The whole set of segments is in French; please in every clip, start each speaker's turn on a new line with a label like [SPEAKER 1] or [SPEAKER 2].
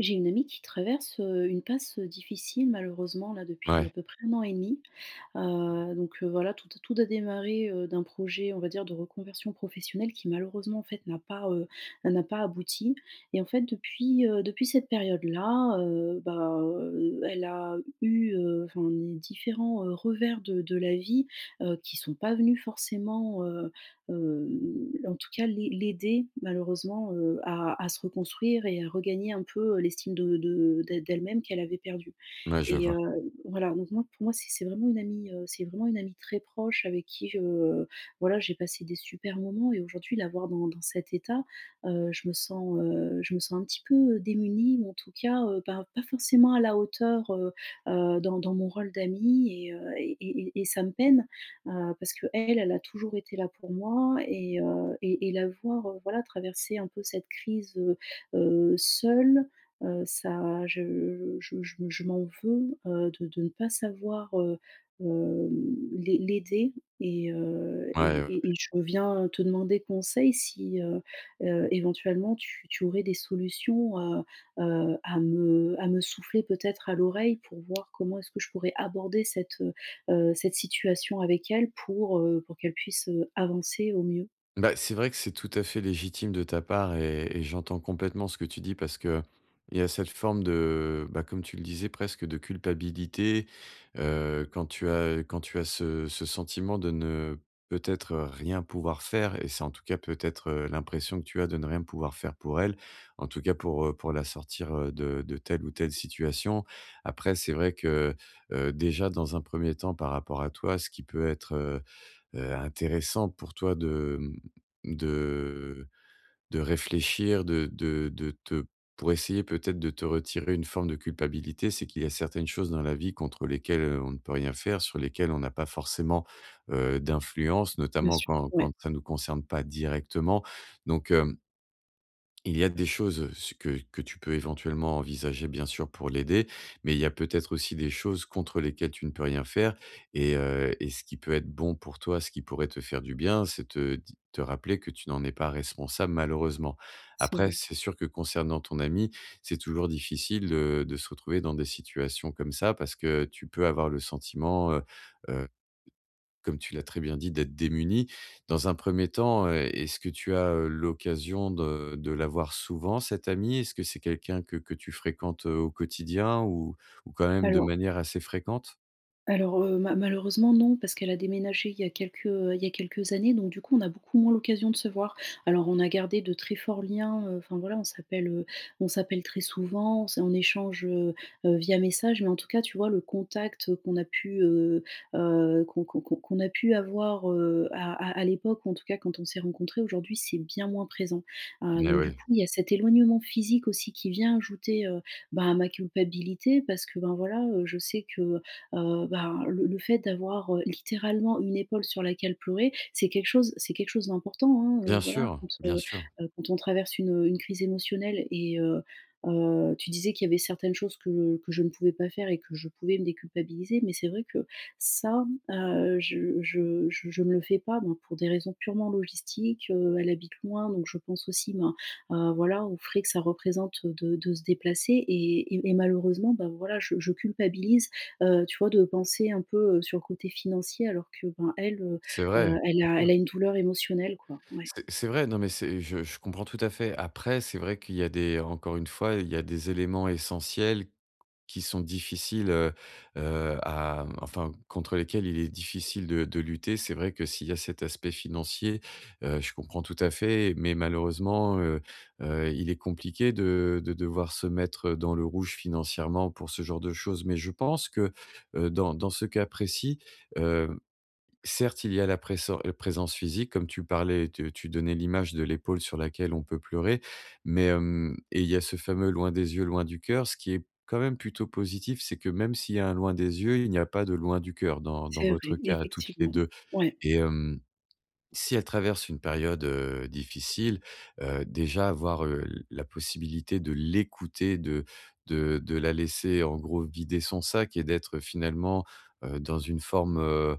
[SPEAKER 1] J'ai une amie qui traverse, une passe, difficile malheureusement là depuis à
[SPEAKER 2] Ouais,
[SPEAKER 1] peu près un an et demi. Voilà, tout a démarré, d'un projet, on va dire, de reconversion professionnelle qui malheureusement en fait n'a pas abouti. Et en fait depuis cette période-là, elle a eu, enfin, des différents revers de la vie, qui sont pas venus forcément, en tout cas, l'aider malheureusement, à se reconstruire et à regagner un peu, l'estime de d'e d'elle-même qu'elle avait perdue.
[SPEAKER 2] ouais, je
[SPEAKER 1] et
[SPEAKER 2] vois.
[SPEAKER 1] heu, voilà. Donc moi, pour moi, c'est vraiment une amie, c'est vraiment une amie très proche avec qui voilà, j'ai passé des super moments. Et aujourd'hui, la voir dans cet état, je me sens un petit peu, démunie, ou en tout cas, pas forcément à la hauteur, dans mon rôle d'amie, et ça me peine. Parce que elle a toujours été là pour moi, et la voir, voilà, traverser un peu cette crise, seule, ça, je m'en veux, de ne pas savoir, hem, l'aider. et heu
[SPEAKER 2] Ouais, ouais,
[SPEAKER 1] et
[SPEAKER 2] ouais.
[SPEAKER 1] et et je viens te demander conseil si, éventuellement, tu aurais des solutions, à me souffler peut-être à l'oreille pour voir comment est-ce que je pourrais aborder cette situation avec elle pour qu'elle puisse, avancer au mieux.
[SPEAKER 2] Bah, c'est vrai que c'est tout à fait légitime de ta part et j'entends complètement ce que tu dis parce que il y a cette forme de, bah, comme tu le disais, presque de culpabilité quand tu as ce sentiment de ne peut-être rien pouvoir faire et c'est en tout cas peut-être l'impression que tu as de ne rien pouvoir faire pour elle, en tout cas pour la sortir de telle ou telle situation. Après, c'est vrai que déjà dans un premier temps par rapport à toi, ce qui peut être intéressant pour toi de, de réfléchir, de te pour essayer peut-être de te retirer une forme de culpabilité, c'est qu'il y a certaines choses dans la vie contre lesquelles, on ne peut rien faire, sur lesquelles on n'a pas forcément, d'influence,
[SPEAKER 1] Bien
[SPEAKER 2] notamment
[SPEAKER 1] sûr,
[SPEAKER 2] quand
[SPEAKER 1] ouais,
[SPEAKER 2] quand ça ne nous concerne pas directement. Donc, hem il y a des choses que tu peux éventuellement envisager bien sûr pour l'aider, mais il y a peut-être aussi des choses contre lesquelles tu ne peux rien faire et ce qui peut être bon pour toi, ce qui pourrait te faire du bien, c'est te rappeler que tu n'en es pas responsable malheureusement.
[SPEAKER 1] c'est
[SPEAKER 2] Après,
[SPEAKER 1] vrai.
[SPEAKER 2] c'est sûr que concernant ton ami, c'est toujours difficile de se retrouver dans des situations comme ça parce que tu peux avoir le sentiment, comme tu l'as très bien dit, d'être démuni. Dans un premier temps, est-ce que tu as, l'occasion de la souvent cet ami? Est-ce que c'est quelqu'un que tu fréquentes, au quotidien ou quand même de
[SPEAKER 1] Alors
[SPEAKER 2] manière assez fréquente?
[SPEAKER 1] Alors, ma malheureusement non, parce qu'elle a déménagé il y a il y a quelques années, donc du coup, on a beaucoup moins l'occasion de se voir. Alors, on a gardé de très forts liens, enfin voilà, on s'appelle très souvent, on échange, via message, mais en tout cas, tu vois, le contact qu'on a pu, qu'on a pu avoir, à l'époque, ou en tout cas quand on s'est rencontrés, aujourd'hui c'est bien moins présent.
[SPEAKER 2] Mais
[SPEAKER 1] Donc du
[SPEAKER 2] oui,
[SPEAKER 1] coup, il y a cet éloignement physique aussi qui vient ajouter, à ma culpabilité parce que, ben, voilà, je sais que, ben, le fait d'avoir, littéralement une épaule sur laquelle pleurer, c'est quelque chose d'important, hein,
[SPEAKER 2] bien
[SPEAKER 1] voilà,
[SPEAKER 2] sûr, bien sûr.
[SPEAKER 1] quand on traverse une crise émotionnelle. Tu disais qu'il y avait certaines choses que je ne pouvais pas faire et que je pouvais me déculpabiliser, mais c'est vrai que ça, je ne le fais pas, ben, pour des raisons purement logistiques, elle habite loin, donc je pense aussi, ben, voilà, aux frais que ça représente de se déplacer. Et malheureusement, ben, voilà, je culpabilise, tu vois, de penser un peu, sur le côté financier alors que, ben, elle, heu
[SPEAKER 2] C'est
[SPEAKER 1] heu,
[SPEAKER 2] vrai, bien sûr.
[SPEAKER 1] elle a une douleur émotionnelle, quoi. Ouais,
[SPEAKER 2] C'est vrai, non mais c'est je comprends tout à fait. Après, c'est vrai qu'il y a des encore une fois, il y a des éléments essentiels qui sont difficiles, à enfin, contre lesquels il est difficile de lutter. C'est vrai que s'il y a cet aspect financier, je comprends tout à fait, mais malheureusement, il est compliqué de devoir se mettre dans le rouge financièrement pour ce genre de choses. Mais je pense que, dans ce cas précis, certes, il y a la pressor présence physique comme tu parlais, tu donnais l'image de l'épaule sur laquelle on peut pleurer, mais, hem et il y a ce fameux loin des yeux, loin du cœur. Ce qui est quand même plutôt positif, c'est que même s'il y a un loin des yeux, il n'y a pas de loin du cœur dans
[SPEAKER 1] c'est vrai,
[SPEAKER 2] votre cas à toutes les
[SPEAKER 1] effectivement.
[SPEAKER 2] 2.
[SPEAKER 1] Ouais.
[SPEAKER 2] et hem, si elle traverse une période, difficile, déjà avoir, la possibilité de l'écouter, de de la laisser en gros vider son sac et d'être finalement, dans une forme,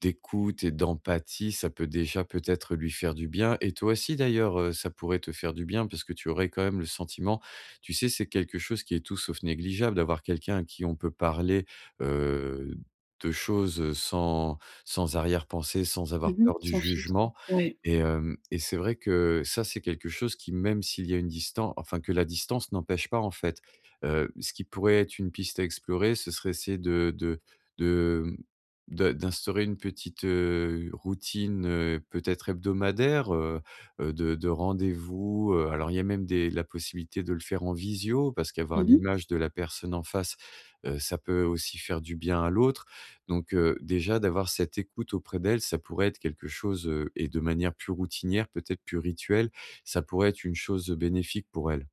[SPEAKER 2] d'écoute et d'empathie, ça peut déjà peut-être lui faire du bien et toi aussi d'ailleurs, ça pourrait te faire du bien parce que tu aurais quand même le sentiment, tu sais, c'est quelque chose qui est tout sauf négligeable d'avoir quelqu'un à qui on peut parler, heu, de choses, sans sans arrière-pensée, sans avoir
[SPEAKER 1] Mmh.
[SPEAKER 2] peur du
[SPEAKER 1] Sans filtre.
[SPEAKER 2] jugement.
[SPEAKER 1] Ouais.
[SPEAKER 2] Et c'est vrai que ça, c'est quelque chose qui, même s'il y a une distance, enfin que la distance n'empêche pas en fait. Ce qui pourrait être une piste à explorer, ce serait essayer de de d'instaurer une petite, routine, peut-être hebdomadaire, de rendez-vous, alors il y a même des la possibilité de le faire en visio parce qu'avoir
[SPEAKER 1] Mmh.
[SPEAKER 2] l'image de la personne en face, ça peut aussi faire du bien à l'autre. Donc déjà d'avoir cette écoute auprès d'elle, ça pourrait être quelque chose, et de manière plus routinière, peut-être plus rituelle, ça pourrait être une chose bénéfique pour elle.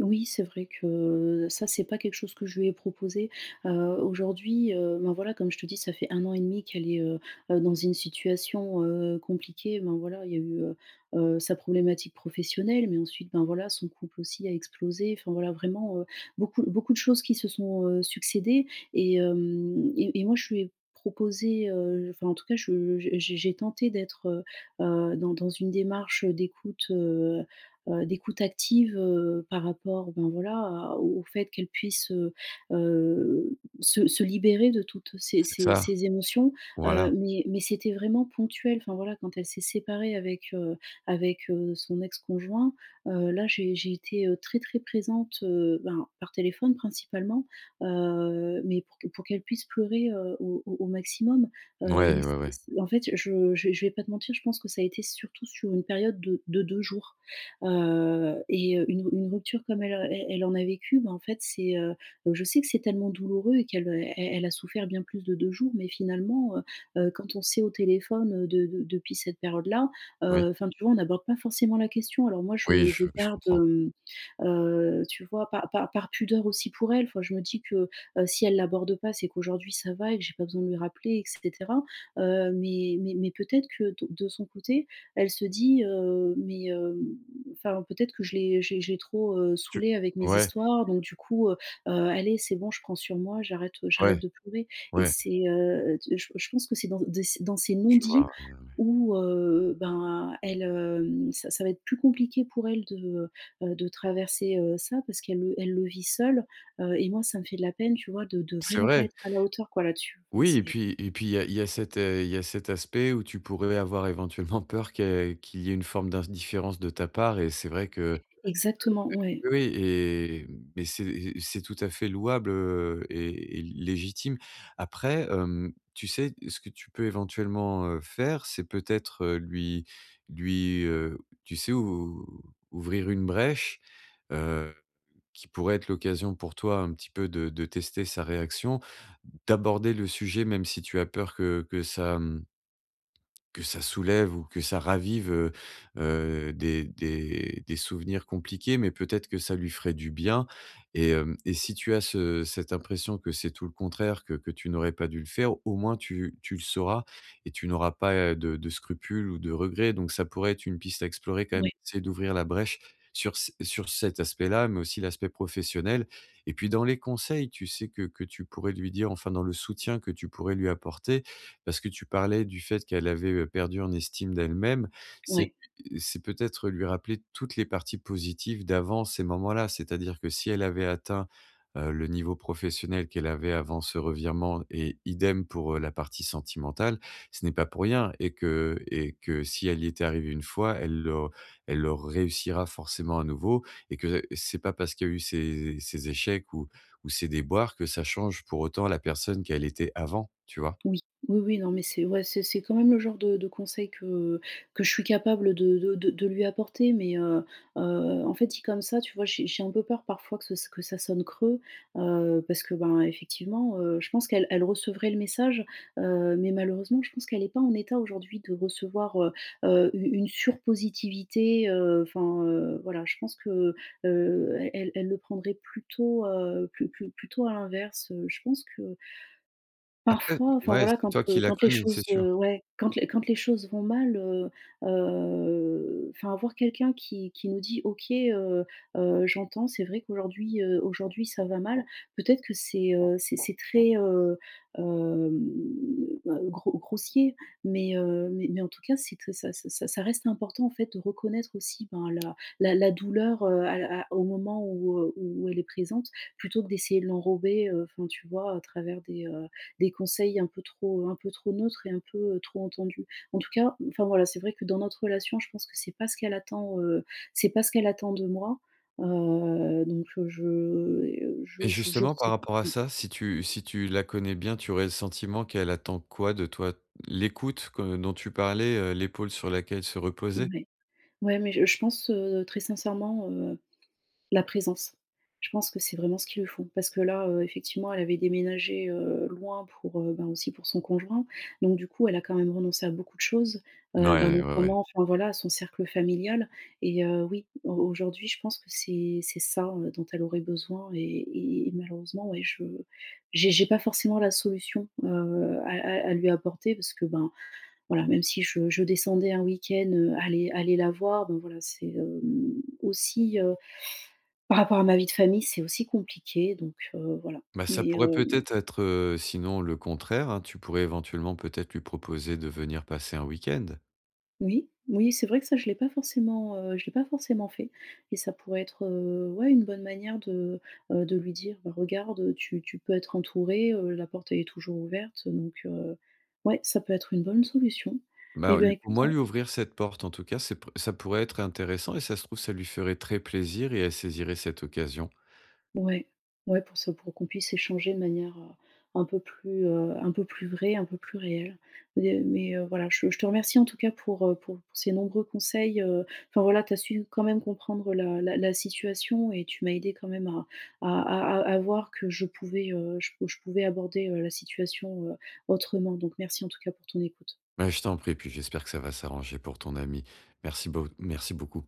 [SPEAKER 1] Oui, c'est vrai que ça, c'est pas quelque chose que je lui ai proposé. Heu, Aujourd'hui, ben, voilà, comme je te dis, ça fait un an et demi qu'elle est dans une situation, compliquée. Ben, voilà, il y a eu sa problématique professionnelle, mais ensuite, ben, voilà, son couple aussi a explosé. Enfin, voilà, vraiment, beaucoup de choses qui se sont, succédées. Et hem et et moi, je lui ai proposé, enfin, en tout cas, je j'ai tenté d'être, dans une démarche d'écoute, d'écoute active, par rapport, ben, voilà, à au fait qu'elle puisse, se libérer de toutes ces
[SPEAKER 2] C'est
[SPEAKER 1] ces
[SPEAKER 2] ça,
[SPEAKER 1] ces émotions,
[SPEAKER 2] voilà.
[SPEAKER 1] mais c'était vraiment ponctuel. Enfin, voilà, quand elle s'est séparée avec, son ex-conjoint, là, j'ai été, très, très présente, ben, par téléphone principalement, mais pour qu'elle puisse pleurer, au au maximum, mais
[SPEAKER 2] Ouais, ouais,
[SPEAKER 1] c'est
[SPEAKER 2] ouais.
[SPEAKER 1] c'est en fait, je vais pas te mentir, je pense que ça a été surtout sur une période de 2 jours. Et une rupture comme elle, elle en a vécu, bah, en fait, je sais que c'est tellement douloureux, et qu'elle, elle a souffert bien plus de 2 jours, mais finalement, quand on sait au téléphone, de depuis cette période-là,
[SPEAKER 2] Oui,
[SPEAKER 1] enfin, tu vois, on n'aborde pas forcément la question. Alors moi,
[SPEAKER 2] oui,
[SPEAKER 1] je
[SPEAKER 2] je
[SPEAKER 1] garde,
[SPEAKER 2] comprends.
[SPEAKER 1] hem tu vois? Par pudeur aussi pour elle, enfin je me dis que, si elle l'aborde pas, c'est qu'aujourd'hui ça va et que j'ai pas besoin de lui rappeler, et cetera. Mais peut-être que de son côté, elle se dit, heu : « Mais, enfin peut-être que je l'ai trop,
[SPEAKER 2] Tu
[SPEAKER 1] saoulée avec mes
[SPEAKER 2] ouais,
[SPEAKER 1] histoires, donc du coup, allez, c'est bon, je prends sur moi, j'arrête, j'arrête
[SPEAKER 2] ouais,
[SPEAKER 1] de pleurer. » Et
[SPEAKER 2] ouais.
[SPEAKER 1] c'est, je pense que c'est dans de ces dans ces
[SPEAKER 2] Je
[SPEAKER 1] non-dits
[SPEAKER 2] vois, ouais, ouais, ouais.
[SPEAKER 1] où, ben elle, ça va être plus compliqué pour elle de traverser, ça, parce qu'elle le vit seule, et moi ça me fait de la peine, tu vois, de
[SPEAKER 2] C'est
[SPEAKER 1] vraiment pas
[SPEAKER 2] vrai.
[SPEAKER 1] être à la hauteur quoi là-dessus. Enfin
[SPEAKER 2] Oui
[SPEAKER 1] c'est
[SPEAKER 2] et puis il y a cet, il y a cet aspect où tu pourrais avoir éventuellement peur qu'il y ait une forme d'indifférence de ta part et c'est vrai que
[SPEAKER 1] exactement, ouais,
[SPEAKER 2] oui, oui et mais c'est tout à fait louable, et légitime. Après, tu sais, ce que tu peux éventuellement, faire, c'est peut-être, lui, heu, tu sais, ou ouvrir une brèche, qui pourrait être l'occasion pour toi un petit peu de tester sa réaction, d'aborder le sujet même si tu as peur que ça, que ça soulève ou que ça ravive, des souvenirs compliqués, mais peut-être que ça lui ferait du bien. Et si tu as ce cette impression que c'est tout le contraire, que tu n'aurais pas dû le faire, au moins tu le sauras et tu n'auras pas, de scrupules ou de regrets, donc ça pourrait être une piste à explorer quand même,
[SPEAKER 1] ouais,
[SPEAKER 2] c'est d'ouvrir la brèche sur cet aspect-là, mais aussi l'aspect professionnel. Et puis dans les conseils, tu sais, que tu pourrais lui dire, enfin dans le soutien que tu pourrais lui apporter, parce que tu parlais du fait qu'elle avait perdu en estime d'elle-même. C'est
[SPEAKER 1] ouais.
[SPEAKER 2] c'est peut-être lui rappeler toutes les parties positives d'avant ces moments-là. C'est-à-dire que si elle avait atteint, le niveau professionnel qu'elle avait avant ce revirement, et idem pour, la partie sentimentale, ce n'est pas pour rien, et que et que si elle y était arrivée une fois, elle le réussira forcément à nouveau, et que c'est pas parce qu'il y a eu ces ces échecs ou ces déboires que ça change pour autant la personne qu'elle était avant, tu vois?
[SPEAKER 1] Oui, oui, oui, non, mais c'est ouais, c'est quand même le genre de conseil que je suis capable de lui apporter, mais heu, en fait, dit comme ça, tu vois, j'ai un peu peur parfois que ce que ça sonne creux, parce que, ben, effectivement, je pense qu'elle recevrait le message, mais malheureusement, je pense qu'elle n'est pas en état aujourd'hui de recevoir, u une surpositivité, enfin, voilà, je pense que, elle le prendrait plutôt, plutôt à l'inverse, je pense que
[SPEAKER 2] Après
[SPEAKER 1] parfois, enfin
[SPEAKER 2] ouais,
[SPEAKER 1] voilà,
[SPEAKER 2] c'est toi qui la
[SPEAKER 1] quand les
[SPEAKER 2] connais, c'est
[SPEAKER 1] choses,
[SPEAKER 2] sûr.
[SPEAKER 1] ouais, quand les choses vont mal, enfin, avoir quelqu'un qui nous dit : « OK, j'entends, c'est vrai qu'aujourd'hui, aujourd'hui ça va mal. » Peut-être que c'est, c'est très, hem, bah, grossier, mais en tout cas, c'est très, ça reste important, en fait, de reconnaître aussi, ben, la douleur, à au moment où, où elle est présente, plutôt que d'essayer de l'enrober, enfin tu vois, à travers des conseils un peu trop neutres et un peu, trop entendus. En tout cas, enfin voilà, c'est vrai que dans notre relation, je pense que c'est pas ce qu'elle attend, c'est pas ce qu'elle attend de moi. Heu, donc heu, je,
[SPEAKER 2] Et
[SPEAKER 1] je
[SPEAKER 2] justement, par
[SPEAKER 1] sais pas.
[SPEAKER 2] rapport à ça, si tu si tu la connais bien, tu aurais le sentiment qu'elle attend quoi de toi? L'écoute que dont tu parlais, l'épaule sur laquelle se
[SPEAKER 1] Mmh,
[SPEAKER 2] reposer?
[SPEAKER 1] ouais. Ouais, mais je pense, très sincèrement, la présence. Je pense que c'est vraiment ce qu'il lui faut parce que là, effectivement, elle avait déménagé, loin pour, ben, aussi pour son conjoint. Donc du coup, elle a quand même renoncé à beaucoup de choses, ben,
[SPEAKER 2] Ouais, ouais, ouais.
[SPEAKER 1] notamment, enfin voilà, à son cercle familial. Oui, au aujourd'hui, je pense que c'est ça, dont elle aurait besoin. Et malheureusement, ouais, je j'ai pas forcément la solution, à lui apporter parce que, ben, voilà, même si je descendais un week-end, aller la voir, ben, voilà, c'est, aussi, euh, par rapport à ma vie de famille, c'est aussi compliqué, donc voilà.
[SPEAKER 2] Bah, ça
[SPEAKER 1] Mais
[SPEAKER 2] pourrait
[SPEAKER 1] heu,
[SPEAKER 2] peut-être être, sinon le contraire, hein, tu pourrais éventuellement peut-être lui proposer de venir passer un week-end.
[SPEAKER 1] oui, oui, c'est vrai que ça, je l'ai pas forcément fait, et ça pourrait être, ouais, une bonne manière de lui dire : « Bah, regarde, tu peux être entouré, la porte, elle est toujours ouverte. » ouais, ça peut être une bonne solution. Et
[SPEAKER 2] Bah,
[SPEAKER 1] bah,
[SPEAKER 2] lui au
[SPEAKER 1] écoute,
[SPEAKER 2] moins lui ouvrir cette porte en tout cas, c'est p ça pourrait être intéressant et ça se trouve, ça lui ferait très plaisir et elle saisirait cette occasion.
[SPEAKER 1] ouais, ouais, pour ça, pour qu'on puisse échanger de manière, un peu plus vraie, un peu plus réelle. Mais voilà, je te remercie en tout cas pour ces nombreux conseils, enfin voilà, tu as su quand même comprendre la situation et tu m'as aidé quand même à à voir que je pouvais, je pouvais aborder, la situation, autrement. Donc merci en tout cas pour ton écoute.
[SPEAKER 2] Ouais, je t'en prie, puis j'espère que ça va s'arranger pour ton ami. Merci beaucoup.